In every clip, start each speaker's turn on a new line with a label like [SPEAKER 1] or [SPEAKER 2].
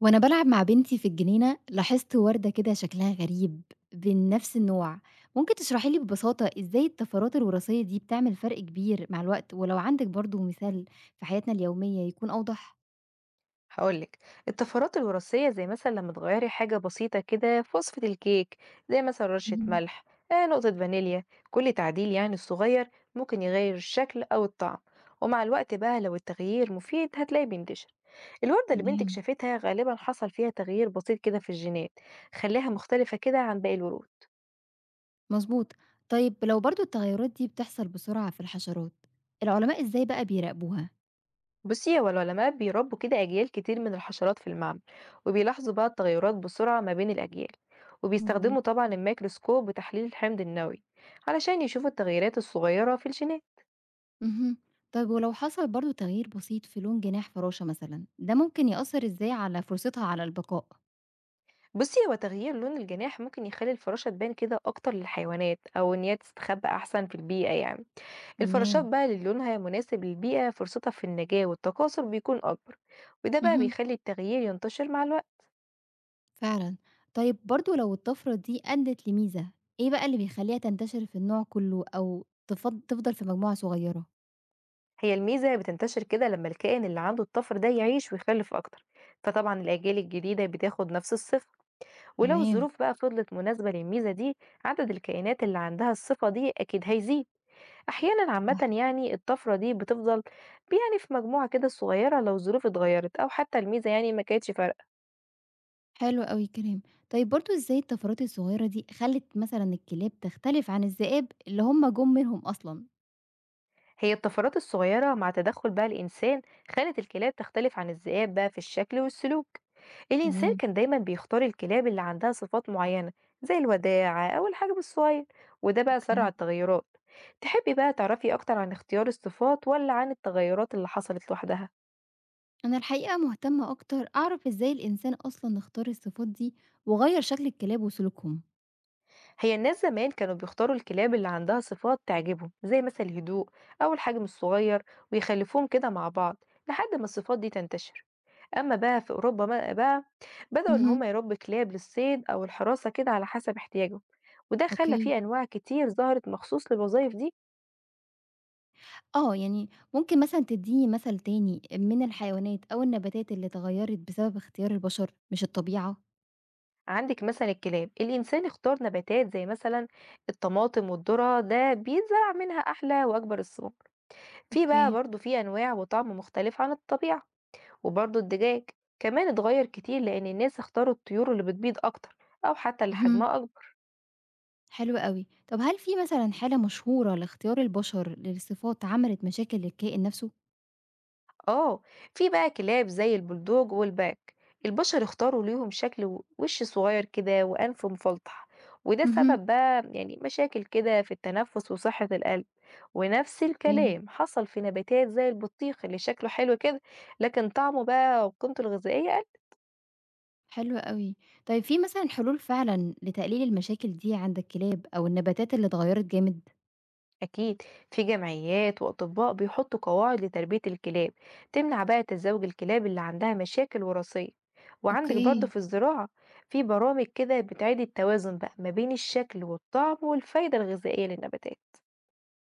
[SPEAKER 1] وأنا بالعب مع بنتي في الجنينة لاحظت وردة كده شكلها غريب بين نفس النوع. ممكن تشرحي لي ببساطة إزاي الطفرات الوراثية دي بتعمل فرق كبير مع الوقت، ولو عندك برضو مثال في حياتنا اليومية يكون أوضح؟
[SPEAKER 2] هقول لك. الطفرات الوراثية زي مثلا لما تغيري حاجة بسيطة كده في وصفة الكيك، زي مثلا رشة
[SPEAKER 1] مهم.
[SPEAKER 2] ملح، آه نقطة فانيليا. كل تعديل يعني صغير ممكن يغير الشكل أو الطعم. ومع الوقت بقى لو التغيير مفيد هتلاقيه بينتشر. الوردة اللي بنتك
[SPEAKER 1] تمام.
[SPEAKER 2] شافتها غالبا حصل فيها تغيير بسيط كده في الجينات، خلاها مختلفة كده عن باقي الورود.
[SPEAKER 1] مظبوط. طيب لو برضو التغيرات دي بتحصل بسرعة في الحشرات، العلماء إزاي بقى بيراقبوها؟
[SPEAKER 2] بصي، هو العلماء بيربوا كده أجيال كتير من الحشرات في المعمل، وبيلاحظوا بقى التغيرات بسرعة ما بين الأجيال، وبيستخدموا
[SPEAKER 1] مظبوط.
[SPEAKER 2] طبعا الميكروسكوب وتحليل الحمض النووي علشان يشوفوا التغيرات الصغيرة في الجينات.
[SPEAKER 1] مهم. طيب ولو حصل برضو تغيير بسيط في لون جناح فراشة مثلا، ده ممكن يأثر إزاي على فرصتها على البقاء؟
[SPEAKER 2] بصي، هو تغيير لون الجناح ممكن يخلي الفراشة تبان كده أكتر للحيوانات أو إن هي تستخبى أحسن في البيئة يعني. الفراشات
[SPEAKER 1] تمام.
[SPEAKER 2] بقى اللي لونها مناسب للبيئة فرصتها في النجاة والتكاثر بيكون أكبر، وده بقى
[SPEAKER 1] مهم.
[SPEAKER 2] بيخلي التغيير ينتشر مع الوقت.
[SPEAKER 1] فعلًا. طيب برضه لو الطفرة دي أدّت لميزة، إيه بقى اللي بيخلّيها تنتشر في النوع كُلّه أو تفضل في مجموعة صغيّرة؟
[SPEAKER 2] هي الميزة بتنتشر كده لما الكائن اللي عنده الطفر ده يعيش ويخلف أكتر، فطبعا الأجيال الجديدة بتاخد نفس الصفة. ولو
[SPEAKER 1] تمام،
[SPEAKER 2] الظروف بقى فضلت مناسبة للميزة دي، عدد الكائنات اللي عندها الصفة دي أكيد هيزيد. أحيانا عامة
[SPEAKER 1] صح،
[SPEAKER 2] يعني الطفرة دي بتفضل يعني في مجموعة كده صغيرة لو الظروف اتغيرت أو حتى الميزة يعني ما كانتش فارقة.
[SPEAKER 1] حلو أوي الكلام. طيب برضه إزاي الطفرات الصغيّرة دي خلّت مثلًا الكلاب تختلف عن الذئاب اللي هم جُم منهم أصلًا؟
[SPEAKER 2] هي الطفرات الصغيرة مع تدخل بقى الإنسان خلت الكلاب تختلف عن الذئاب بقى في الشكل والسلوك. الإنسان
[SPEAKER 1] تمام،
[SPEAKER 2] كان دايما بيختار الكلاب اللي عندها صفات معينة، زي الوداعة أو الحجم الصغير، وده بقى سرع
[SPEAKER 1] أوكي.
[SPEAKER 2] التغيرات. تحبي بقى تعرفي أكتر عن اختيار الصفات ولا عن التغيرات اللي حصلت لوحدها؟
[SPEAKER 1] أنا الحقيقة مهتمة أكتر أعرف إزاي الإنسان أصلًا اختار الصفات دي وغيّر شكل الكلاب وسلوكهم.
[SPEAKER 2] هي الناس زمان كانوا بيختاروا الكلاب اللي عندها صفات تعجبهم، زي مثلا الهدوء أو الحجم الصغير، ويخلفوهم كده مع بعض لحد ما الصفات دي تنتشر. أما بقى في أوروبا بقى بدأوا إن هم
[SPEAKER 1] اهم،
[SPEAKER 2] يربوا كلاب للصيد أو الحراسة كده على حسب احتياجهم، وده خلى
[SPEAKER 1] أوكي.
[SPEAKER 2] فيه أنواع كتير ظهرت مخصوص للوظائف دي.
[SPEAKER 1] آه، يعني ممكن مثلًا تدّيني مثل تاني من الحيوانات أو النباتات اللي اتغيّرت بسبب اختيار البشر مش الطبيعة؟
[SPEAKER 2] عندك مثلا الكلاب، الإنسان اختار نباتات زي مثلا الطماطم والذرة، ده بيتزرع منها أحلى وأكبر الثمار. في بقى
[SPEAKER 1] أوكي،
[SPEAKER 2] برضو في أنواع وطعم مختلف عن الطبيعة. وبرضو الدجاج كمان اتغير كتير لأن الناس اختاروا الطيور اللي بتبيض أكتر أو حتى اللي
[SPEAKER 1] اهم.
[SPEAKER 2] حجمها أكبر.
[SPEAKER 1] حلو أوي. طب هل في مثلًا حالة مشهورة لاختيار البشر للصفات عملت مشاكل للكائن نَفْسه؟
[SPEAKER 2] اه، في بقى كلاب زي البلدوج والباك، البشر اختاروا ليهم شكل وش صغير كده وأنف مفلطح، وده
[SPEAKER 1] اهم،
[SPEAKER 2] سبب بقى يعني مشاكل كده في التنفس وصحة القلب. ونفس
[SPEAKER 1] أوكي.
[SPEAKER 2] الكلام حصل في نباتات زي البطيخ اللي شكله حلو كده، لكن طعمه بقى وقيمته الغذائية.
[SPEAKER 1] حلو أوي. طيب في مثلًا حلول فعلًا لتقليل المشاكل دي عند الكلاب أو النباتات اللي اتغيّرت جامد؟
[SPEAKER 2] أكيد، في جمعيات وأطباء بيحطوا قواعد لتربية الكلاب، تمنع بقى تزوج الكلاب اللي عندها مشاكل وراثية. وعندك برضه
[SPEAKER 1] أوكي.
[SPEAKER 2] في الزراعة، في برامج كده بتعيد التوازن بقى ما بين الشكل والطعم والفايدة الغذائية للنباتات.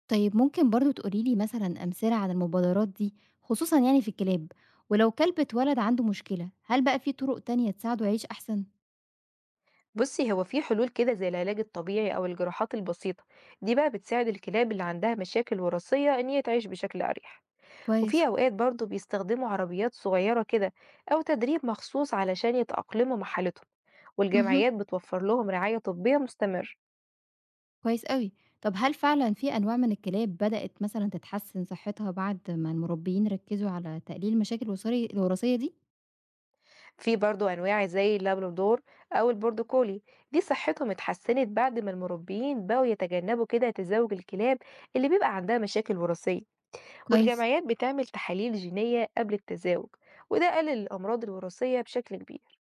[SPEAKER 1] طيب ممكن برضه تقولي لي مثلًا أمثلة عن المبادرات دي، خصوصًا يعني في الكلاب، ولو كلب اتولد عنده مشكلة، هل بقى في طرق تانية تساعده يعيش أحسن؟
[SPEAKER 2] بصي، هو في حلول كده زي العلاج الطبيعي أو الجراحات البسيطة، دي بقى بتساعد الكلاب اللي عندها مشاكل وراثية إن هي تعيش بشكل أريح. وفي
[SPEAKER 1] كويس.
[SPEAKER 2] أوقات برضه بيستخدموا عربيات صغيرة كده أو تدريب مخصوص علشان يتأقلموا مع حالتهم،
[SPEAKER 1] اهم،
[SPEAKER 2] والجمعيات بتوفر لهم رعاية طبية مستمرة.
[SPEAKER 1] كويس أوي. طب هل فعلًا في أنواع من الكلاب بدأت مثلًا تتحسن صحتها بعد ما المربيين ركزوا على تقليل المشاكل الوراثية دي؟
[SPEAKER 2] في برضه أنواع زي اللابرادور أو البوردو كولي، دي صحتهم اتحسنت بعد ما المربيين بقوا يتجنبوا كده تزاوج الكلاب اللي بيبقى عندها مشاكل وراثية.
[SPEAKER 1] كويس.
[SPEAKER 2] والجمعيات بتعمل تحاليل جينية قبل التزاوج، وده قلل الأمراض الوراثية بشكل كبير.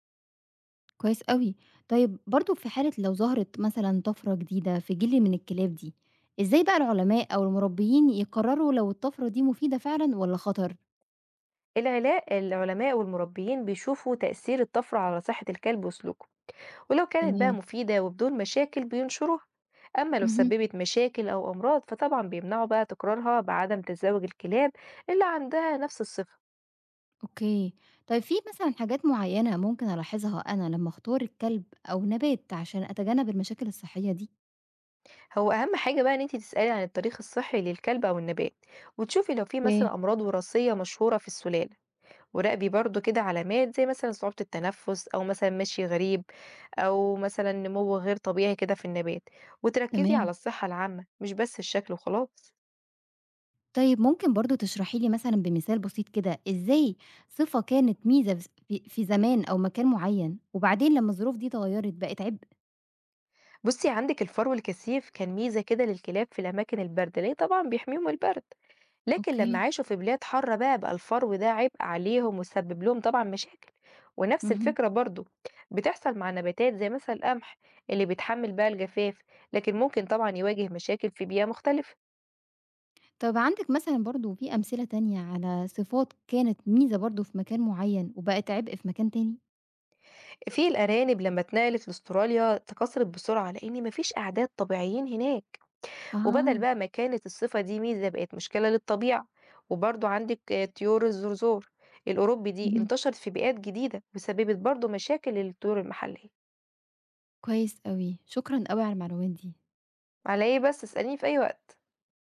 [SPEAKER 1] كويس أوي. طيب برضه في حالة لو ظهرت مثلًا طفرة جديدة في جيل من الكلاب دي، إزاي بقى العلماء أو المربيين يقرروا لو الطفرة دي مفيدة فعلًا والّا خطر؟
[SPEAKER 2] العلماء والمربيين بيشوفوا تأثير الطفرة على صحة الكلب وسلوكه، ولو كانت بقى
[SPEAKER 1] تمام.
[SPEAKER 2] مفيدة وبدون مشاكل بينشروها. أما لو
[SPEAKER 1] اهم،
[SPEAKER 2] سببت مشاكل أو أمراض فطبعا بيمنعوا بقى تكرارها بعدم تزاوج الكلاب اللي عندها نفس الصفة.
[SPEAKER 1] أوكي. طيب في مثلًا حاجات معيّنة ممكن ألاحظها أنا لمّا أختار الكلب أو نبات عشان أتجنب المشاكل الصحية دي؟
[SPEAKER 2] هو أهم حاجة بقى إن أنت تسألي عن التاريخ الصحي للكلب أو النبات، وتشوفي لو في
[SPEAKER 1] أوكي.
[SPEAKER 2] مثلا أمراض وراثية مشهورة في السلالة. وراقبي برضو كده علامات زي مثلا صعوبة التنفس أو مثلا مشي غريب أو مثلا نمو غير طبيعي كده في النبات، وتركزي على
[SPEAKER 1] تمام.
[SPEAKER 2] الصحة العامة مش بس الشكل وخلاص.
[SPEAKER 1] طيب ممكن برضه تشرحي لي مثلًا بمثال بسيط كده إزاي صفة كانت ميزة في زمان أو مكان معيّن، وبعدين لمّا الظروف دي اتغيّرت بقت عبء؟
[SPEAKER 2] بصي، عندك الفرو الكثيف كان ميزة كده للكلاب في الأماكن الباردة ليه طبعا بيحميهم البرد، لكن لما
[SPEAKER 1] أوكي.
[SPEAKER 2] عاشوا في بلاد حارة بقى بقى الفرو ده عبء عليهم وسبب لهم طبعا مشاكل. ونفس
[SPEAKER 1] اهم.
[SPEAKER 2] الفكرة برضو بتحصل مع نباتات زي مثلا القمح اللي بيتحمل بقى الجفاف، لكن ممكن طبعا يواجه مشاكل في بيئة مختلفة.
[SPEAKER 1] طب عندِك مثلًا برضه في أمثلة تانية على صفات كانت ميزة برضه في مكان معيّن وبقت عبء في مكان تاني؟
[SPEAKER 2] في الأرانب لما اتنقلت لأستراليا تكاثرت بسرعة لأن مفيش أعداد طبيعيين هناك، وبدل
[SPEAKER 1] أها،
[SPEAKER 2] بقى ما كانت الصفة دي ميزة بقت مشكلة للطبيعة. وبرضو عندك طيور الزرزور الأوروبي دي
[SPEAKER 1] اهم.
[SPEAKER 2] انتشرت في بيئات جديدة وسببت برضو مشاكل للطيور المحلية.
[SPEAKER 1] كويس أوي، شكرًا أوي على المعلومات دي.
[SPEAKER 2] على ايه بس، اسأليني في أي وقت.